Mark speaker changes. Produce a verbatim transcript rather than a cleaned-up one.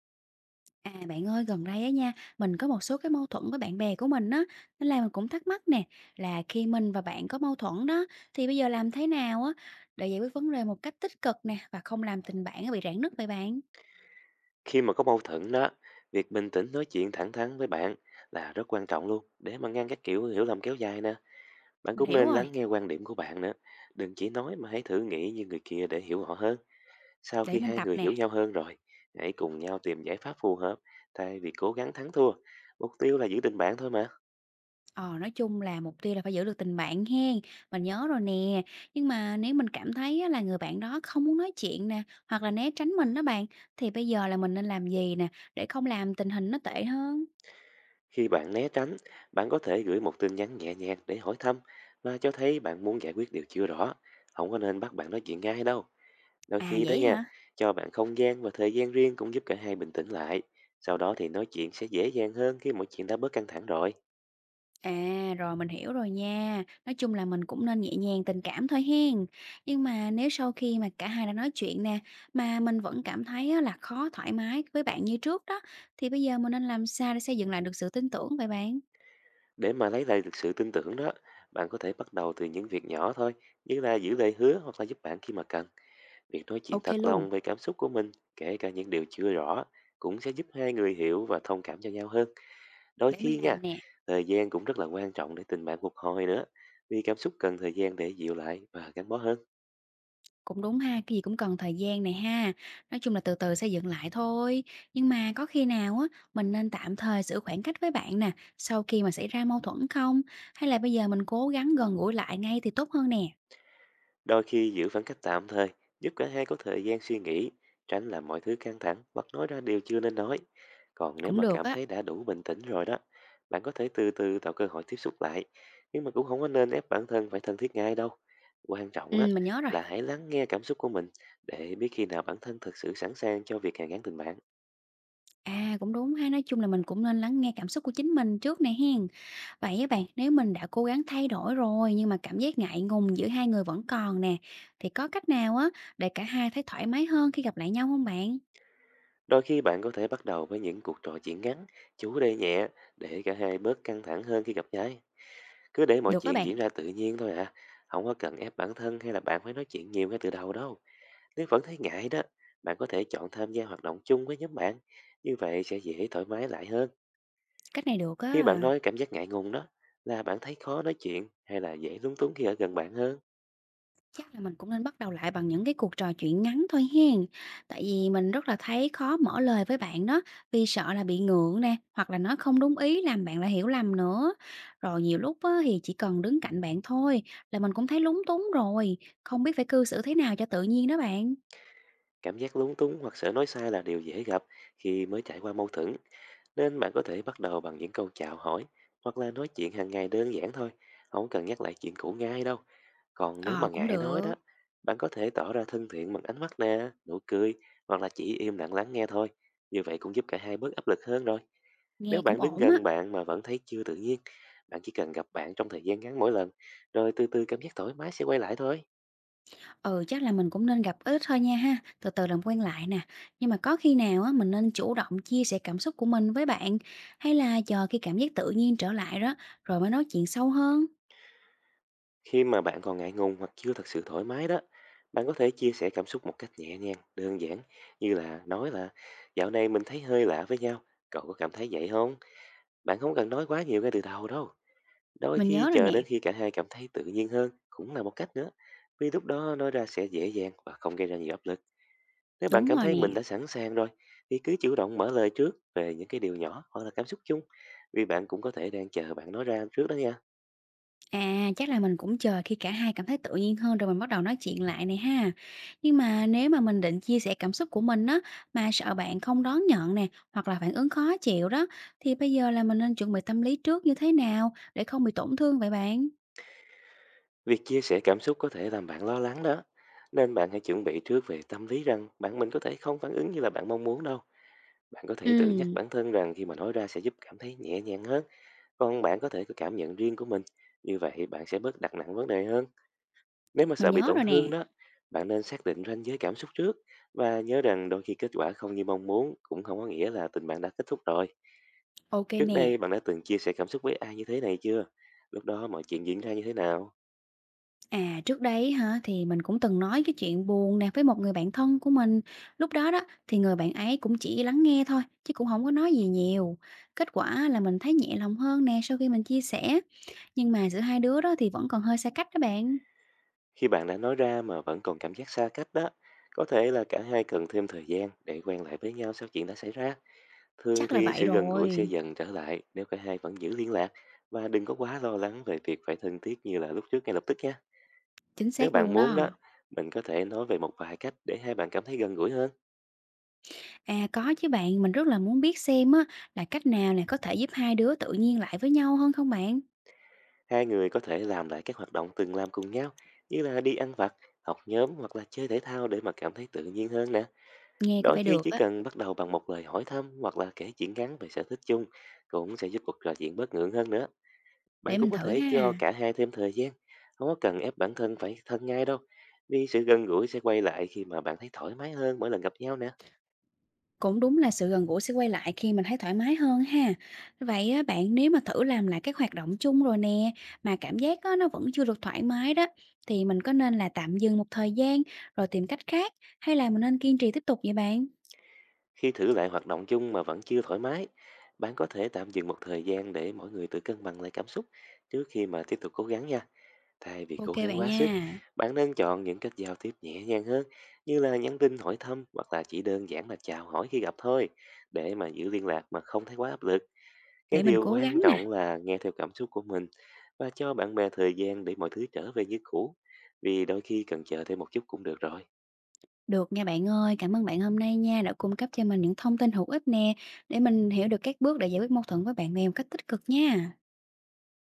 Speaker 1: À bạn ơi, gần đây á nha, mình có một số cái mâu thuẫn với bạn bè của mình á, nên là mình cũng thắc mắc nè, là khi mình và bạn có mâu thuẫn đó, thì bây giờ làm thế nào á để giải quyết vấn đề một cách tích cực nè và không làm tình bạn nó bị rạn nứt vậy bạn?
Speaker 2: Khi mà có mâu thuẫn đó, việc bình tĩnh nói chuyện thẳng thắn với bạn là rất quan trọng luôn, để mà ngăn các kiểu hiểu lầm kéo dài nè. Bạn
Speaker 1: Mình
Speaker 2: cũng
Speaker 1: hiểu
Speaker 2: nên
Speaker 1: rồi,
Speaker 2: lắng nghe quan điểm của bạn nữa, đừng chỉ nói mà hãy thử nghĩ như người kia để hiểu họ hơn. Sau
Speaker 1: để
Speaker 2: khi
Speaker 1: mình
Speaker 2: hai
Speaker 1: tập
Speaker 2: người
Speaker 1: nè.
Speaker 2: hiểu nhau hơn rồi, hãy cùng nhau tìm giải pháp phù hợp, thay vì cố gắng thắng thua. Mục tiêu là giữ tình bạn thôi mà.
Speaker 1: Ờ, nói chung là mục tiêu là phải giữ được tình bạn hen, mình nhớ rồi nè. Nhưng mà nếu mình cảm thấy á, là người bạn đó không muốn nói chuyện nè, hoặc là né tránh mình đó bạn, thì bây giờ là mình nên làm gì nè để không làm tình hình nó tệ hơn?
Speaker 2: Khi bạn né tránh, bạn có thể gửi một tin nhắn nhẹ nhàng để hỏi thăm và cho thấy bạn muốn giải quyết điều chưa rõ. Không có nên bắt bạn nói chuyện ngay đâu. Đôi
Speaker 1: À
Speaker 2: khi đó
Speaker 1: vậy
Speaker 2: nha,
Speaker 1: hả?
Speaker 2: cho bạn không gian và thời gian riêng cũng giúp cả hai bình tĩnh lại. Sau đó thì nói chuyện sẽ dễ dàng hơn khi mọi chuyện đã bớt căng thẳng rồi.
Speaker 1: À, rồi mình hiểu rồi nha. Nói chung là mình cũng nên nhẹ nhàng tình cảm thôi hen. Nhưng mà nếu sau khi mà cả hai đã nói chuyện nè, mà mình vẫn cảm thấy á là khó thoải mái với bạn như trước đó, thì bây giờ mình nên làm sao để xây dựng lại được sự tin tưởng vậy bạn?
Speaker 2: Để mà lấy lại được sự tin tưởng đó, bạn có thể bắt đầu từ những việc nhỏ thôi, như là giữ lời hứa hoặc là giúp bạn khi mà cần. Việc nói chuyện
Speaker 1: Ok
Speaker 2: thật
Speaker 1: luôn,
Speaker 2: lòng về cảm xúc của mình, kể cả những điều chưa rõ, cũng sẽ giúp hai người hiểu và thông cảm cho nhau hơn. Đôi
Speaker 1: để mình
Speaker 2: khi nha,
Speaker 1: làm nè.
Speaker 2: thời gian cũng rất là quan trọng để tình bạn phục hồi nữa, vì cảm xúc cần thời gian để dịu lại và gắn bó hơn.
Speaker 1: Cũng đúng ha, cái gì cũng cần thời gian này ha. Nói chung là từ từ xây dựng lại thôi. Nhưng mà có khi nào á, mình nên tạm thời giữ khoảng cách với bạn nè, sau khi mà xảy ra mâu thuẫn không? Hay là bây giờ mình cố gắng gần gũi lại ngay thì tốt hơn nè?
Speaker 2: Đôi khi giữ khoảng cách tạm thời giúp cả hai có thời gian suy nghĩ, tránh làm mọi thứ căng thẳng hoặc nói ra điều chưa nên nói. Còn nếu
Speaker 1: Cũng
Speaker 2: mà
Speaker 1: được
Speaker 2: cảm
Speaker 1: á.
Speaker 2: thấy đã đủ bình tĩnh rồi đó, bạn có thể từ từ tạo cơ hội tiếp xúc lại, nhưng mà cũng không có nên ép bản thân phải thân thiết ngay đâu. Quan trọng á
Speaker 1: Ừm, mình nhớ rồi.
Speaker 2: là hãy lắng nghe cảm xúc của mình, để biết khi nào bản thân thực sự sẵn sàng cho việc hàn gắn tình bạn.
Speaker 1: À, cũng đúng ha, nói chung là mình cũng nên lắng nghe cảm xúc của chính mình trước nè hen. Vậy các bạn, nếu mình đã cố gắng thay đổi rồi nhưng mà cảm giác ngại ngùng giữa hai người vẫn còn nè, thì có cách nào á để cả hai thấy thoải mái hơn khi gặp lại nhau không bạn?
Speaker 2: Đôi khi bạn có thể bắt đầu với những cuộc trò chuyện ngắn, chủ đề nhẹ, để cả hai bớt căng thẳng hơn khi gặp nhau. Cứ để mọi
Speaker 1: Được các
Speaker 2: chuyện
Speaker 1: bạn,
Speaker 2: diễn ra tự nhiên thôi à. Không có cần ép bản thân hay là bạn phải nói chuyện nhiều ngay từ đầu đâu. Nếu vẫn thấy ngại đó, bạn có thể chọn tham gia hoạt động chung với nhóm bạn. Như vậy sẽ dễ thoải mái lại hơn.
Speaker 1: cách này được
Speaker 2: Khi
Speaker 1: á.
Speaker 2: bạn nói cảm giác ngại ngùng đó, là bạn thấy khó nói chuyện hay là dễ lúng túng khi ở gần bạn hơn.
Speaker 1: Chắc là mình cũng nên bắt đầu lại bằng những cái cuộc trò chuyện ngắn thôi hen. Tại vì mình rất là thấy khó mở lời với bạn đó, vì sợ là bị ngượng nè, hoặc là nói không đúng ý làm bạn lại hiểu lầm nữa. Rồi nhiều lúc á, thì chỉ cần đứng cạnh bạn thôi là mình cũng thấy lúng túng rồi, không biết phải cư xử thế nào cho tự nhiên đó bạn.
Speaker 2: Cảm giác lúng túng hoặc sợ nói sai là điều dễ gặp khi mới trải qua mâu thuẫn, nên bạn có thể bắt đầu bằng những câu chào hỏi hoặc là nói chuyện hàng ngày đơn giản thôi, không cần nhắc lại chuyện cũ ngay đâu. Còn nếu mà
Speaker 1: Ờ cũng
Speaker 2: ngại nói
Speaker 1: được,
Speaker 2: đó, bạn có thể tỏ ra thân thiện bằng ánh mắt nè, nụ cười, hoặc là chỉ im lặng lắng nghe thôi. Như vậy cũng giúp cả hai bớt áp lực hơn rồi. Nếu
Speaker 1: nghe cũng
Speaker 2: bạn đứng
Speaker 1: ổn á.
Speaker 2: gần bạn mà vẫn thấy chưa tự nhiên, bạn chỉ cần gặp bạn trong thời gian ngắn mỗi lần, rồi từ từ cảm giác thoải mái sẽ quay lại thôi.
Speaker 1: Ừ, chắc là mình cũng nên gặp ít thôi nha ha, từ từ làm quen lại nè. Nhưng mà có khi nào á mình nên chủ động chia sẻ cảm xúc của mình với bạn hay là chờ khi cảm giác tự nhiên trở lại đó rồi mới nói chuyện sâu hơn?
Speaker 2: Khi mà bạn còn ngại ngùng hoặc chưa thật sự thoải mái đó, bạn có thể chia sẻ cảm xúc một cách nhẹ nhàng, đơn giản, như là nói là dạo này mình thấy hơi lạ với nhau, cậu có cảm thấy vậy không? Bạn không cần nói quá nhiều ngay từ đầu đâu. Đôi
Speaker 1: Mình
Speaker 2: khi
Speaker 1: nhớ rồi
Speaker 2: chờ đến
Speaker 1: nè,
Speaker 2: khi cả hai cảm thấy tự nhiên hơn cũng là một cách nữa. Vì lúc đó nói ra sẽ dễ dàng và không gây ra nhiều áp lực. Nếu bạn
Speaker 1: đúng
Speaker 2: cảm
Speaker 1: rồi
Speaker 2: thấy mình đã
Speaker 1: nè.
Speaker 2: sẵn sàng rồi thì cứ chủ động mở lời trước về những cái điều nhỏ hoặc là cảm xúc chung. Vì bạn cũng có thể đang chờ bạn nói ra trước đó nha.
Speaker 1: À, chắc là mình cũng chờ khi cả hai cảm thấy tự nhiên hơn rồi mình bắt đầu nói chuyện lại này ha. Nhưng mà nếu mà mình định chia sẻ cảm xúc của mình á mà sợ bạn không đón nhận nè hoặc là phản ứng khó chịu đó thì bây giờ là mình nên chuẩn bị tâm lý trước như thế nào để không bị tổn thương vậy bạn?
Speaker 2: Việc chia sẻ cảm xúc có thể làm bạn lo lắng đó. Nên bạn hãy chuẩn bị trước về tâm lý, rằng bạn mình có thể không phản ứng như là bạn mong muốn đâu. Bạn có
Speaker 1: Ừ.
Speaker 2: thể tự nhắc bản thân rằng khi mà nói ra sẽ giúp cảm thấy nhẹ nhàng hơn. Còn bạn có thể có cảm nhận riêng của mình. Như vậy bạn sẽ bớt đặt nặng vấn đề hơn. Nếu mà
Speaker 1: Mình
Speaker 2: sợ bị
Speaker 1: nhớ
Speaker 2: tổn
Speaker 1: rồi
Speaker 2: thương
Speaker 1: nè,
Speaker 2: đó, bạn nên xác định ranh giới cảm xúc trước. Và nhớ rằng đôi khi kết quả không như mong muốn cũng không có nghĩa là tình bạn đã kết thúc rồi.
Speaker 1: ok
Speaker 2: Trước
Speaker 1: nè.
Speaker 2: đây bạn đã từng chia sẻ cảm xúc với ai như thế này chưa? Lúc đó mọi chuyện diễn ra như thế nào?
Speaker 1: À, trước đấy hả, thì mình cũng từng nói cái chuyện buồn nè với một người bạn thân của mình. Lúc đó đó, thì người bạn ấy cũng chỉ lắng nghe thôi, chứ cũng không có nói gì nhiều. Kết quả là mình thấy nhẹ lòng hơn nè sau khi mình chia sẻ, nhưng mà giữa hai đứa đó thì vẫn còn hơi xa cách đó bạn.
Speaker 2: Khi bạn đã nói ra mà vẫn còn cảm giác xa cách đó, có thể là cả hai cần thêm thời gian để quen lại với nhau sau chuyện đã xảy ra. Thường
Speaker 1: Chắc là
Speaker 2: thì
Speaker 1: vậy
Speaker 2: sự gần gũi sẽ
Speaker 1: rồi,
Speaker 2: dần trở lại nếu cả hai vẫn giữ liên lạc, và đừng có quá lo lắng về việc phải thân thiết như là lúc trước ngay lập tức nha.
Speaker 1: chính
Speaker 2: Nếu
Speaker 1: xác
Speaker 2: bạn
Speaker 1: luôn
Speaker 2: muốn
Speaker 1: đó.
Speaker 2: đó, mình có thể nói về một vài cách để hai bạn cảm thấy gần gũi hơn.
Speaker 1: À, có chứ bạn, mình rất là muốn biết xem á, là cách nào nè có thể giúp hai đứa tự nhiên lại với nhau hơn không bạn?
Speaker 2: Hai người có thể làm lại các hoạt động từng làm cùng nhau, như là đi ăn vặt, học nhóm hoặc là chơi thể thao, để mà cảm thấy tự nhiên hơn nè.
Speaker 1: Nghe có
Speaker 2: Đôi
Speaker 1: vẻ
Speaker 2: khi
Speaker 1: được
Speaker 2: chỉ
Speaker 1: á,
Speaker 2: cần bắt đầu bằng một lời hỏi thăm hoặc là kể chuyện ngắn về sở thích chung cũng sẽ giúp cuộc trò chuyện bớt ngượng hơn nữa. Bạn
Speaker 1: để
Speaker 2: cũng
Speaker 1: mình
Speaker 2: có
Speaker 1: thử
Speaker 2: thể cho
Speaker 1: ha.
Speaker 2: cả hai thêm thời gian, không có cần ép bản thân phải thân ngay đâu. Vì sự gần gũi sẽ quay lại khi mà bạn thấy thoải mái hơn mỗi lần gặp nhau nè.
Speaker 1: Cũng đúng là sự gần gũi sẽ quay lại khi mình thấy thoải mái hơn ha. Vậy á, bạn nếu mà thử làm lại các hoạt động chung rồi nè, mà cảm giác á, nó vẫn chưa được thoải mái đó, thì mình có nên là tạm dừng một thời gian rồi tìm cách khác, hay là mình nên kiên trì tiếp tục vậy bạn?
Speaker 2: Khi thử lại hoạt động chung mà vẫn chưa thoải mái, bạn có thể tạm dừng một thời gian để mỗi người tự cân bằng lại cảm xúc, trước khi mà tiếp tục cố gắng nha. Thay vì cố
Speaker 1: Ok
Speaker 2: gắng
Speaker 1: bạn
Speaker 2: quá sức,
Speaker 1: nha,
Speaker 2: bạn nên chọn những cách giao tiếp nhẹ nhàng hơn, như là nhắn tin hỏi thăm hoặc là chỉ đơn giản là chào hỏi khi gặp thôi, để mà giữ liên lạc mà không thấy quá áp lực. Cái
Speaker 1: để mình
Speaker 2: điều
Speaker 1: cố
Speaker 2: quan
Speaker 1: gắng nè.
Speaker 2: trọng là nghe theo cảm xúc của mình và cho bạn bè thời gian để mọi thứ trở về như cũ, vì đôi khi cần chờ thêm một chút cũng được rồi.
Speaker 1: Được nha bạn ơi, cảm ơn bạn hôm nay nha đã cung cấp cho mình những thông tin hữu ích nè, để mình hiểu được các bước để giải quyết mâu thuẫn với bạn bè một cách tích cực nha.